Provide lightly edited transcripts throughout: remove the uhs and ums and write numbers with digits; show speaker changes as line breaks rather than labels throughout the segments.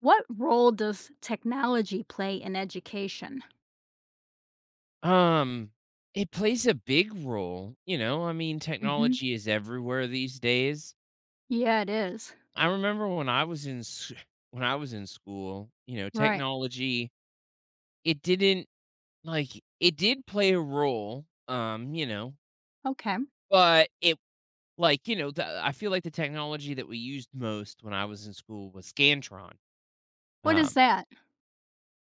What role does technology play in education?
Um, it plays a big role, you know, I mean,
Mhm.
technology is everywhere these days.
Yeah, it is.
I remember when I was in s when I was in school, you know,
Right.
technology, it didn't like, it did play a role, you know,
Okay.
but it like, you know, the I feel like the technology that we used most when I was in school was Scantron.
What is
Um,
that?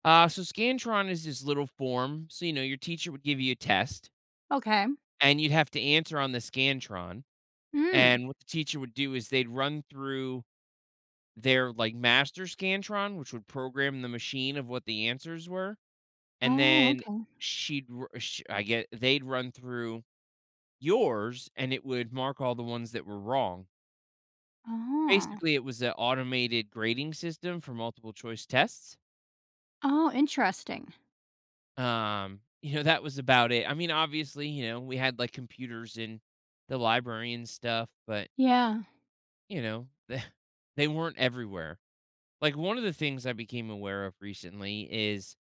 so Scantron is this little form, so, you know, your teacher would give you a test,
Okay.
and you'd have to answer on the Scantron.
Mm.
And what the teacher would do is they'd run through their, like, master scantron, which would program the machine of what the answers were, and
Oh,
then
okay.
she'd r sh I get they'd run through yours, and it would mark all the ones that were wrong.
Oh.
Basically, it was an automated grading system for multiple choice tests.
Oh, interesting.
You know, that was about it. I mean, obviously, you know, we had, like, computers in the library and stuff, but,
Yeah.
you know, they weren't everywhere. Like, one of the things I became aware of recently is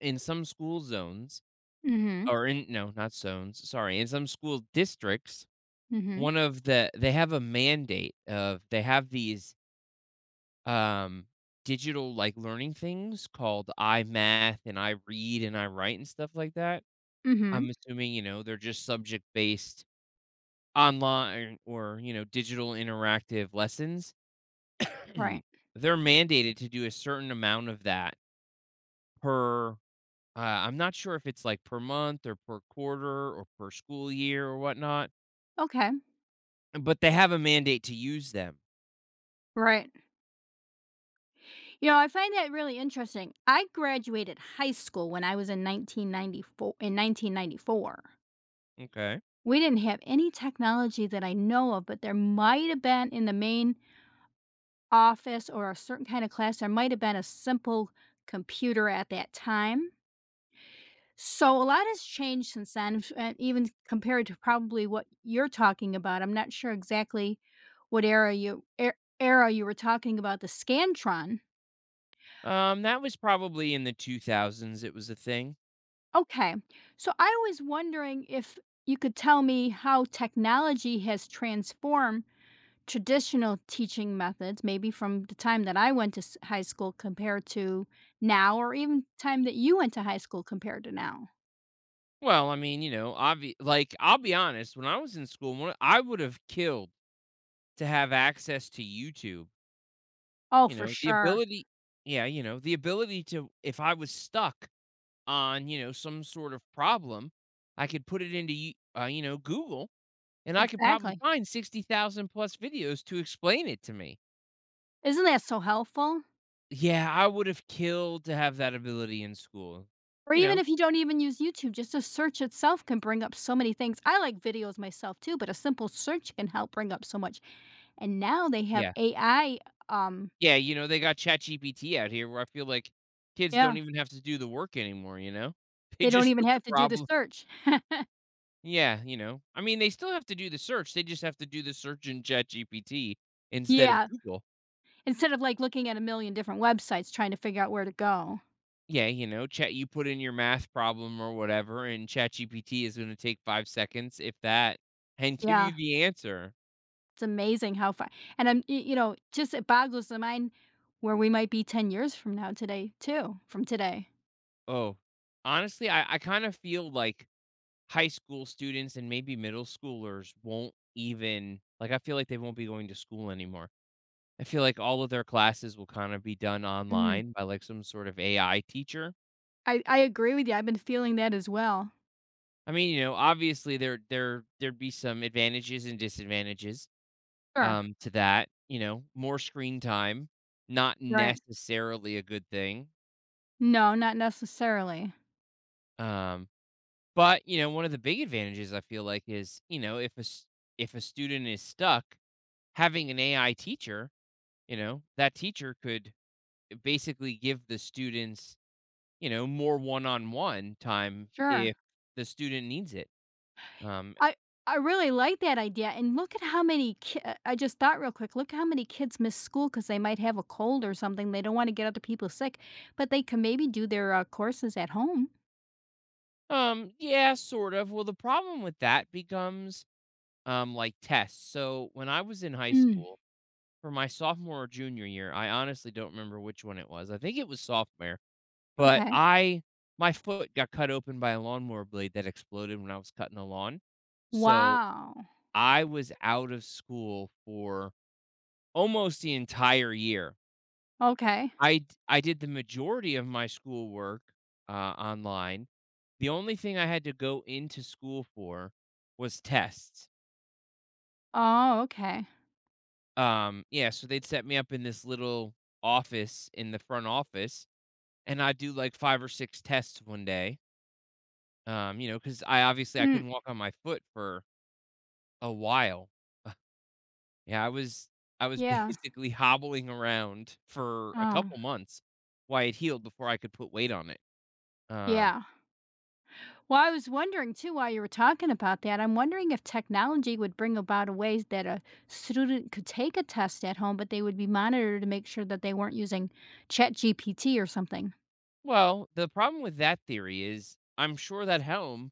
in some school zones
Mhm.
or in no, not zones, sorry, in some school districts,
Mhm.
one of the they have a mandate of they have these, um, digital, like, learning things called iMath and I Read and I Write and stuff like that.
Mhm.
I'm assuming, you know, they're just subject-based online or, you know, digital interactive lessons.
Right.
They're mandated to do a certain amount of that per I'm not sure if it's like per month or per quarter or per school year or whatnot,
Okay.
but they have a mandate to use them.
Right. I find that really interesting. I graduated high school when I was in 1994.
Okay.
We didn't have any technology that I know of, but there might have been in the main office or a certain kind of class. There might have been a simple computer at that time. So a lot has changed since then, and even compared to probably what you're talking about. I'm not sure exactly what era you were talking about the Scantron.
That was probably in the 2000s. It was a thing.
Okay. So I was wondering if you could tell me how technology has transformed traditional teaching methods, maybe from the time that I went to high school compared to now, or even time that you went to high school compared to now.
Well, I mean, you know, like I'll be honest. When I was in school, I would have killed to have access to YouTube.
Oh,
You
for
know, the
sure.
ability. Yeah, you know, the ability to if I was stuck on some sort of problem, I could put it into you know, Google. And I could probably
Exactly.
find 60,000 plus videos to explain it to me.
Isn't that so helpful?
Yeah, I would have killed to have that ability in school,
Or
you
even
know?
if you don't even use YouTube, just a search itself can bring up so many things. I like videos myself too, but a simple search can help bring up so much. And now they have
Yeah.
AI. Um,
Yeah, you know, they got ChatGPT out here where I feel like kids don't
yeah,
even have to do the work anymore, you know? They
they don't
just
even
put the
have to do the
problem.
search.
Yeah, you know? I mean, they still have to do the search, they just have to do the search in ChatGPT instead of
Yeah,
Google.
instead of like looking at a million different websites trying to figure out where to go.
Yeah, you know, Chat you put in your math problem or whatever, and ChatGPT is gonna take 5 seconds, if that, and give you
Yeah.
the answer.
It's amazing how far, and I'm just it boggles the mind where we might be 10 years from now today too, from today.
Oh, honestly, I kind of feel like high school students and maybe middle schoolers won't even like I feel like they won't be going to school anymore. I feel like all of their classes will kind of be done
Mhm.
online by like some sort of AI teacher.
I agree with you, I've been feeling that as well.
I mean, you know, obviously there'd be some advantages and disadvantages
Sure,
to that, you know, more screen time, not
right.
necessarily a good thing.
No, not necessarily.
Um but, you know, one of the big advantages I feel like is, you know, if a student is stuck having an AI teacher, you know, that teacher could basically give the students, you know, more one-on-one time
Sure.
if the student needs it. Um,
I I really like that idea, and look at how many ki I just thought real quick, look how many kids miss school because they might have a cold or something, they don't wanna get other people sick, but they can maybe do their, courses at home.
yeah, sort of. Well, the problem with that becomes like tests. So when I was in high
Mm,
school for my sophomore or junior year, I honestly don't remember which one it was. I think it was sophomore, but
okay.
I my foot got cut open by a lawnmower blade that exploded when I was cutting the lawn. So
Wow.
I was out of school for almost the entire year.
Okay.
I did the majority of my schoolwork, uh, online. The only thing I had to go into school for was tests.
Oh, okay.
Yeah, so they'd set me up in this little office in the front office, and I'd do, like, 5 or 6 tests one day, you know, because I obviously I
Mm,
couldn't walk on my foot for a while. Yeah, I was I was
yeah.
basically hobbling around for a
Oh,
couple months while it healed before I could put weight on it. Um,
yeah. Well, I was wondering too while you were talking about that. I'm wondering if technology would bring about a ways that a student could take a test at home, but they would be monitored to make sure that they weren't using ChatGPT or something.
well, the problem with that theory is I'm sure that Helm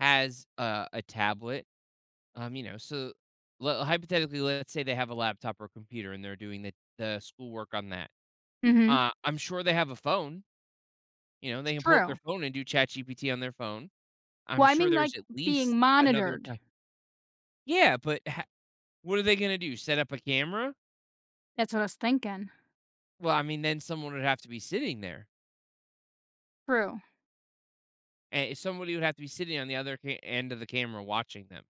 has a tablet. You know, so hypothetically, let's say they have a laptop or a computer and they're doing the schoolwork on that.
Mhm.
I'm sure they have a phone. You know, they can pull up their
True.
phone and do Chat GPT on their phone.
Well,
I'm
I
sure
mean, like
there's at
being
least another
monitored.
time. Yeah, what are they going to do? Set up a camera?
That's what I was thinking.
Well, I mean, then someone would have to be sitting there,
True.
and somebody would have to be sitting on the other ca end of the camera watching them.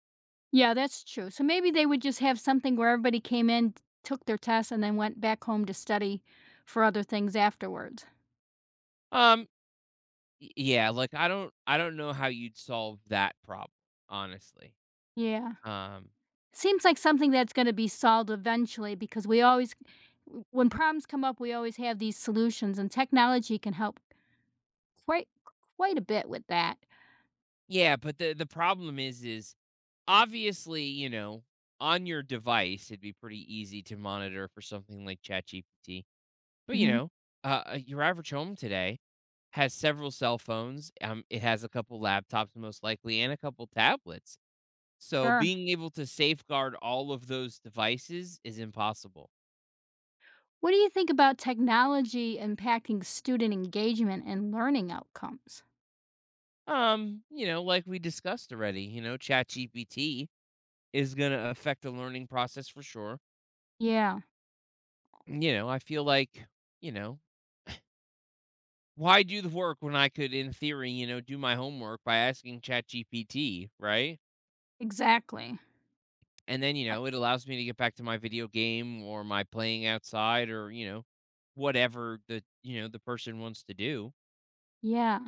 Yeah, that's true. So maybe they would just have something where everybody came in, took their test, and then went back home to study for other things afterwards.
Um, y Yeah, like, I don't know how you'd solve that problem, honestly.
Yeah.
Um,
Seems like something that's gonna be solved eventually, because we always, when problems come up, we always have these solutions, and technology can help quite quite a bit with that.
yeah, but the problem is obviously, you know, on your device, it'd be pretty easy to monitor for something like ChatGPT, but, you
Mhm.
know, your average home today has several cell phones, it has a couple laptops most likely and a couple tablets. So
Sure.
being able to safeguard all of those devices is impossible.
What do you think about technology impacting student engagement and learning outcomes?
You know, like we discussed already, you know, ChatGPT is going to affect the learning process for sure.
Yeah,
You know, I feel like, you know, why do the work when I could in theory, you know, do my homework by asking ChatGPT, right?
exactly.
And then, you
I
know, it allows me to get back to my video game or my playing outside or, you know, whatever the person wants to do.
Yeah.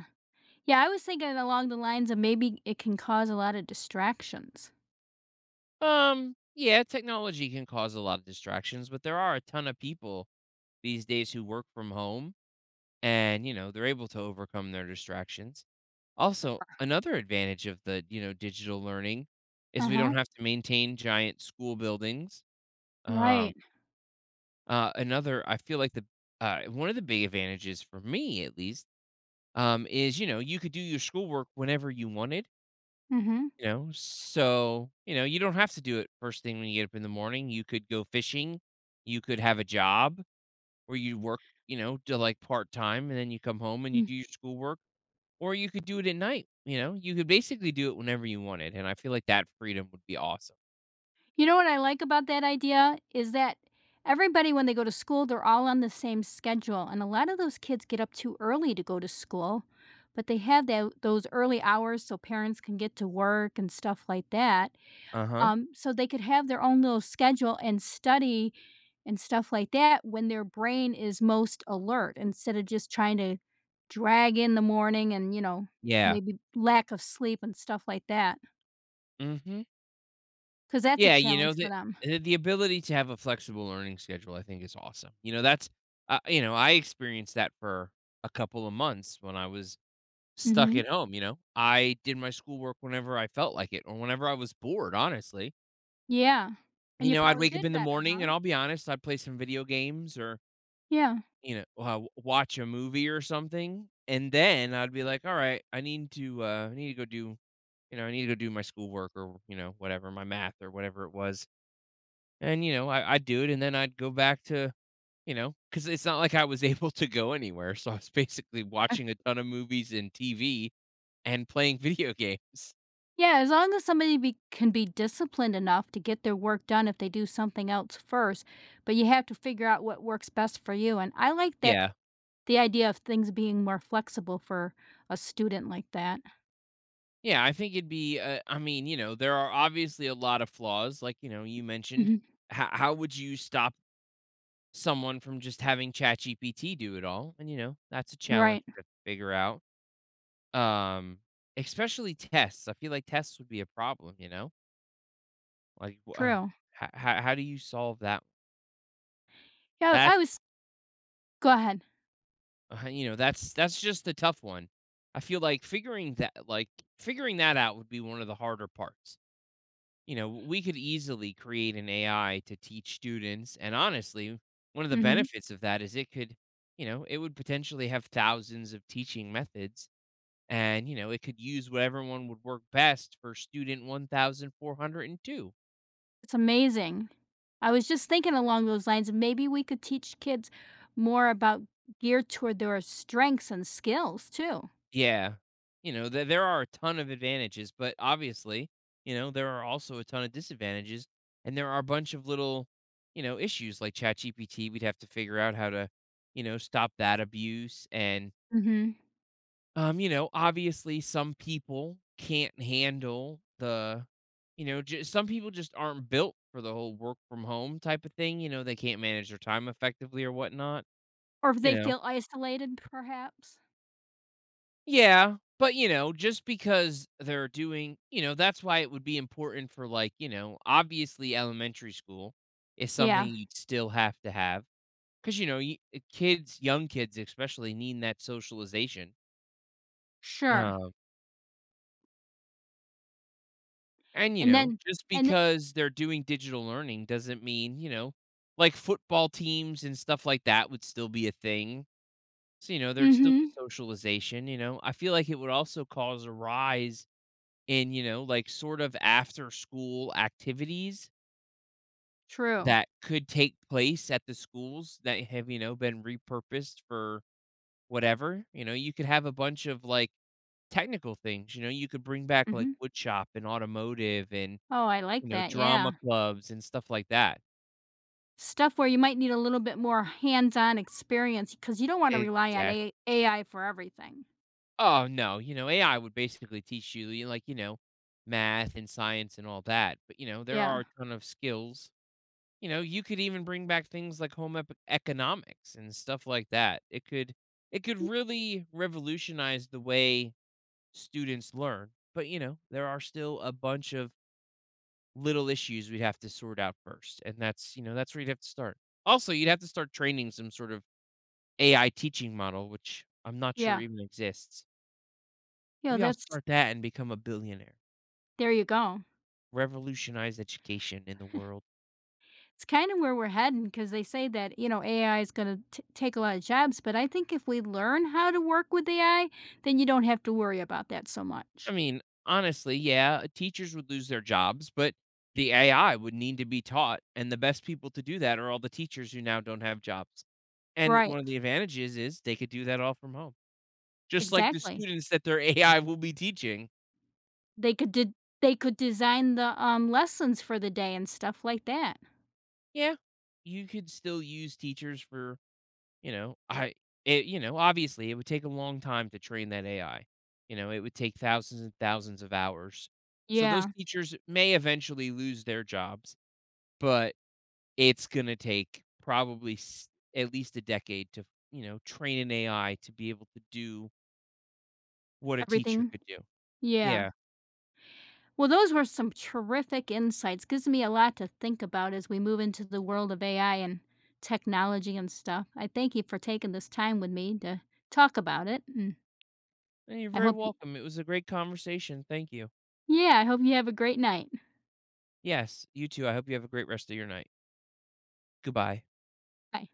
Yeah, I was thinking along the lines of maybe it can cause a lot of distractions.
Yeah, technology can cause a lot of distractions, but there are a ton of people these days who work from home and, you know, they're able to overcome their distractions. Also, another advantage of the, you know, digital learning is we
Uh-huh.
don't have to maintain giant school buildings. Um,
Right.
another, I feel like the One of the big advantages for me, at least, is you know you could do your schoolwork whenever you wanted.
Mhm.
You know, so, you know, you don't have to do it first thing when you get up in the morning. You could go fishing. You could have a job where you work, you know, to like part time, and then you come home and you do your schoolwork, or you could do it at night. You know, you could basically do it whenever you wanted. And I feel like that freedom would be awesome.
You know what I like about that idea is that everybody, when they go to school, they're all on the same schedule. And a lot of those kids get up too early to go to school, but they have those early hours so parents can get to work and stuff like that.
Uh huh.
So they could have their own little schedule and study and stuff like that when their brain is most alert, instead of just trying to drag in the morning and,
Yeah.
maybe lack of sleep and stuff like that.
Hmm.
Cause that's a
Yeah. You
challenge
know,
for
the,
them.
the the ability to have a flexible learning schedule, I think, is awesome. You know, that's, you know, I experienced that for a couple of months when I was stuck
Hmm.
at home, you know? I did my schoolwork whenever I felt like it or whenever I was bored, honestly.
Yeah, and
You
you
know, I'd
probably
wake up
did
in the
better,
morning and
huh?
I'll be honest, I'd play some video games or,
Yeah.
you know, watch a movie or something. And then I'd be like, all right, I need to, go do, I need to go do my schoolwork or, you know, whatever, my math or whatever it was. And, you know, I'd do it and then I'd go back to, you know, because it's not like I was able to go anywhere. So I was basically
Right.
watching a ton of movies and TV and playing video games.
Yeah, as long as somebody be can be disciplined enough to get their work done if they do something else first, but you have to figure out what works best for you, and I like that
Yeah.
the idea of things being more flexible for a student like that.
Yeah, I think it'd be, I mean, you know, there are obviously a lot of flaws, like, you know, you mentioned.
Mhm.
How would you stop someone from just having ChatGPT do it all? And, you know, that's a challenge
Right,
to figure out. Um, Especially tests. I feel like tests would be a problem, you know? Like, wow,
true.
how, how do you solve that?
Yeah, I was
That's,
go ahead.
you know, that's just the tough one. I feel like figuring that out would be one of the harder parts. You know, we could easily create an AI to teach students. And honestly, one of the
Mhm.
benefits of that is it could, you know, it would potentially have thousands of teaching methods. And, you know, it could use whatever one would work best for student 1402.
It's amazing. I was just thinking along those lines, maybe we could teach kids more about, geared toward their strengths and skills too.
Yeah. You know, there are a ton of advantages, but obviously, you know, there are also a ton of disadvantages. And there are a bunch of little, you know, issues like ChatGPT. We'd have to figure out how to, you know, stop that abuse. And
Mhm.
You know, obviously some people can't handle the just some people just aren't built for the whole work from home type of thing, you know, they can't manage their time effectively or whatnot,
Or if
you
they
know.
feel isolated, perhaps?
Yeah, but you know, just because they're doing, you know, that's why it would be important for like, you know, obviously elementary school is something
Yeah,
you still have to have, cuz you know, kids, young kids especially need that socialization.
sure,
um, And, you
and
know,
then
just
and
because they're doing digital learning doesn't mean, you know, like football teams and stuff like that would still be a thing. So, you know,
mm
there'd still
mhm,
be socialization, you know. I feel like it would also cause a rise in, you know, like sort of after school activities
true,
that could take place at the schools that have, you know, been repurposed for whatever. You know, you could have a bunch of like technical things, you know, you could bring back
Mm
like
mhm.
wood shop and automotive and,
Oh, I
you
like
know,
that, yeah.
drama clubs and stuff like that.
Stuff where you might need a little bit more hands-on experience because you don't wanna rely on
Exactly.
A AI for everything.
Oh, no, you know, AI would basically teach you, you know, math and science and all that, but, you know, there
Yeah.
are a ton of skills. You know, you could even bring back things like home ep economics and stuff like that. It could really revolutionize the way students learn, but, you know, there are still a bunch of little issues we'd have to sort out first, and that's, you know, that's where you'd have to start. Also, you'd have to start training some sort of AI teaching model, which I'm not sure
Yeah.
even exists.
Yeah,
Maybe I'll
that's
start that and become a billionaire.
there you go.
Revolutionize education in the world.
It's kinda where we're heading because they say that AI is gonna take a lot of jobs, but I think if we learn how to work with AI, then you don't have to worry about that so
I
much.
mean, honestly, yeah, teachers would lose their jobs, but the AI would need to be taught, and the best people to do that are all the teachers who now don't have jobs. And
Right,
one of the advantages is they could do that all from home. Just like the
exactly.
students that their AI will be teaching.
They could did they could design the lessons for the day and stuff like that.
Yeah, you could still use teachers for You know, I it you know, obviously, it would take a long time to train that AI. You know, it would take thousands and thousands of hours. So those
Yeah,
teachers may eventually lose their jobs, but it's gonna take probably s at least a decade to, you know, train an AI to be able to do what a teacher
everything,
could do.
yeah.
Yeah.
Well, those were some terrific insights, gives me a lot to think about as we move into the world of AI and technology and stuff. I thank you for taking this time with me to talk about it, and
And you're
I
very
hope you
welcome. It was a great conversation. Thank you.
Yeah, I hope you have a great night.
Yes, you too. I hope you have a great rest of your night. Goodbye.
Bye.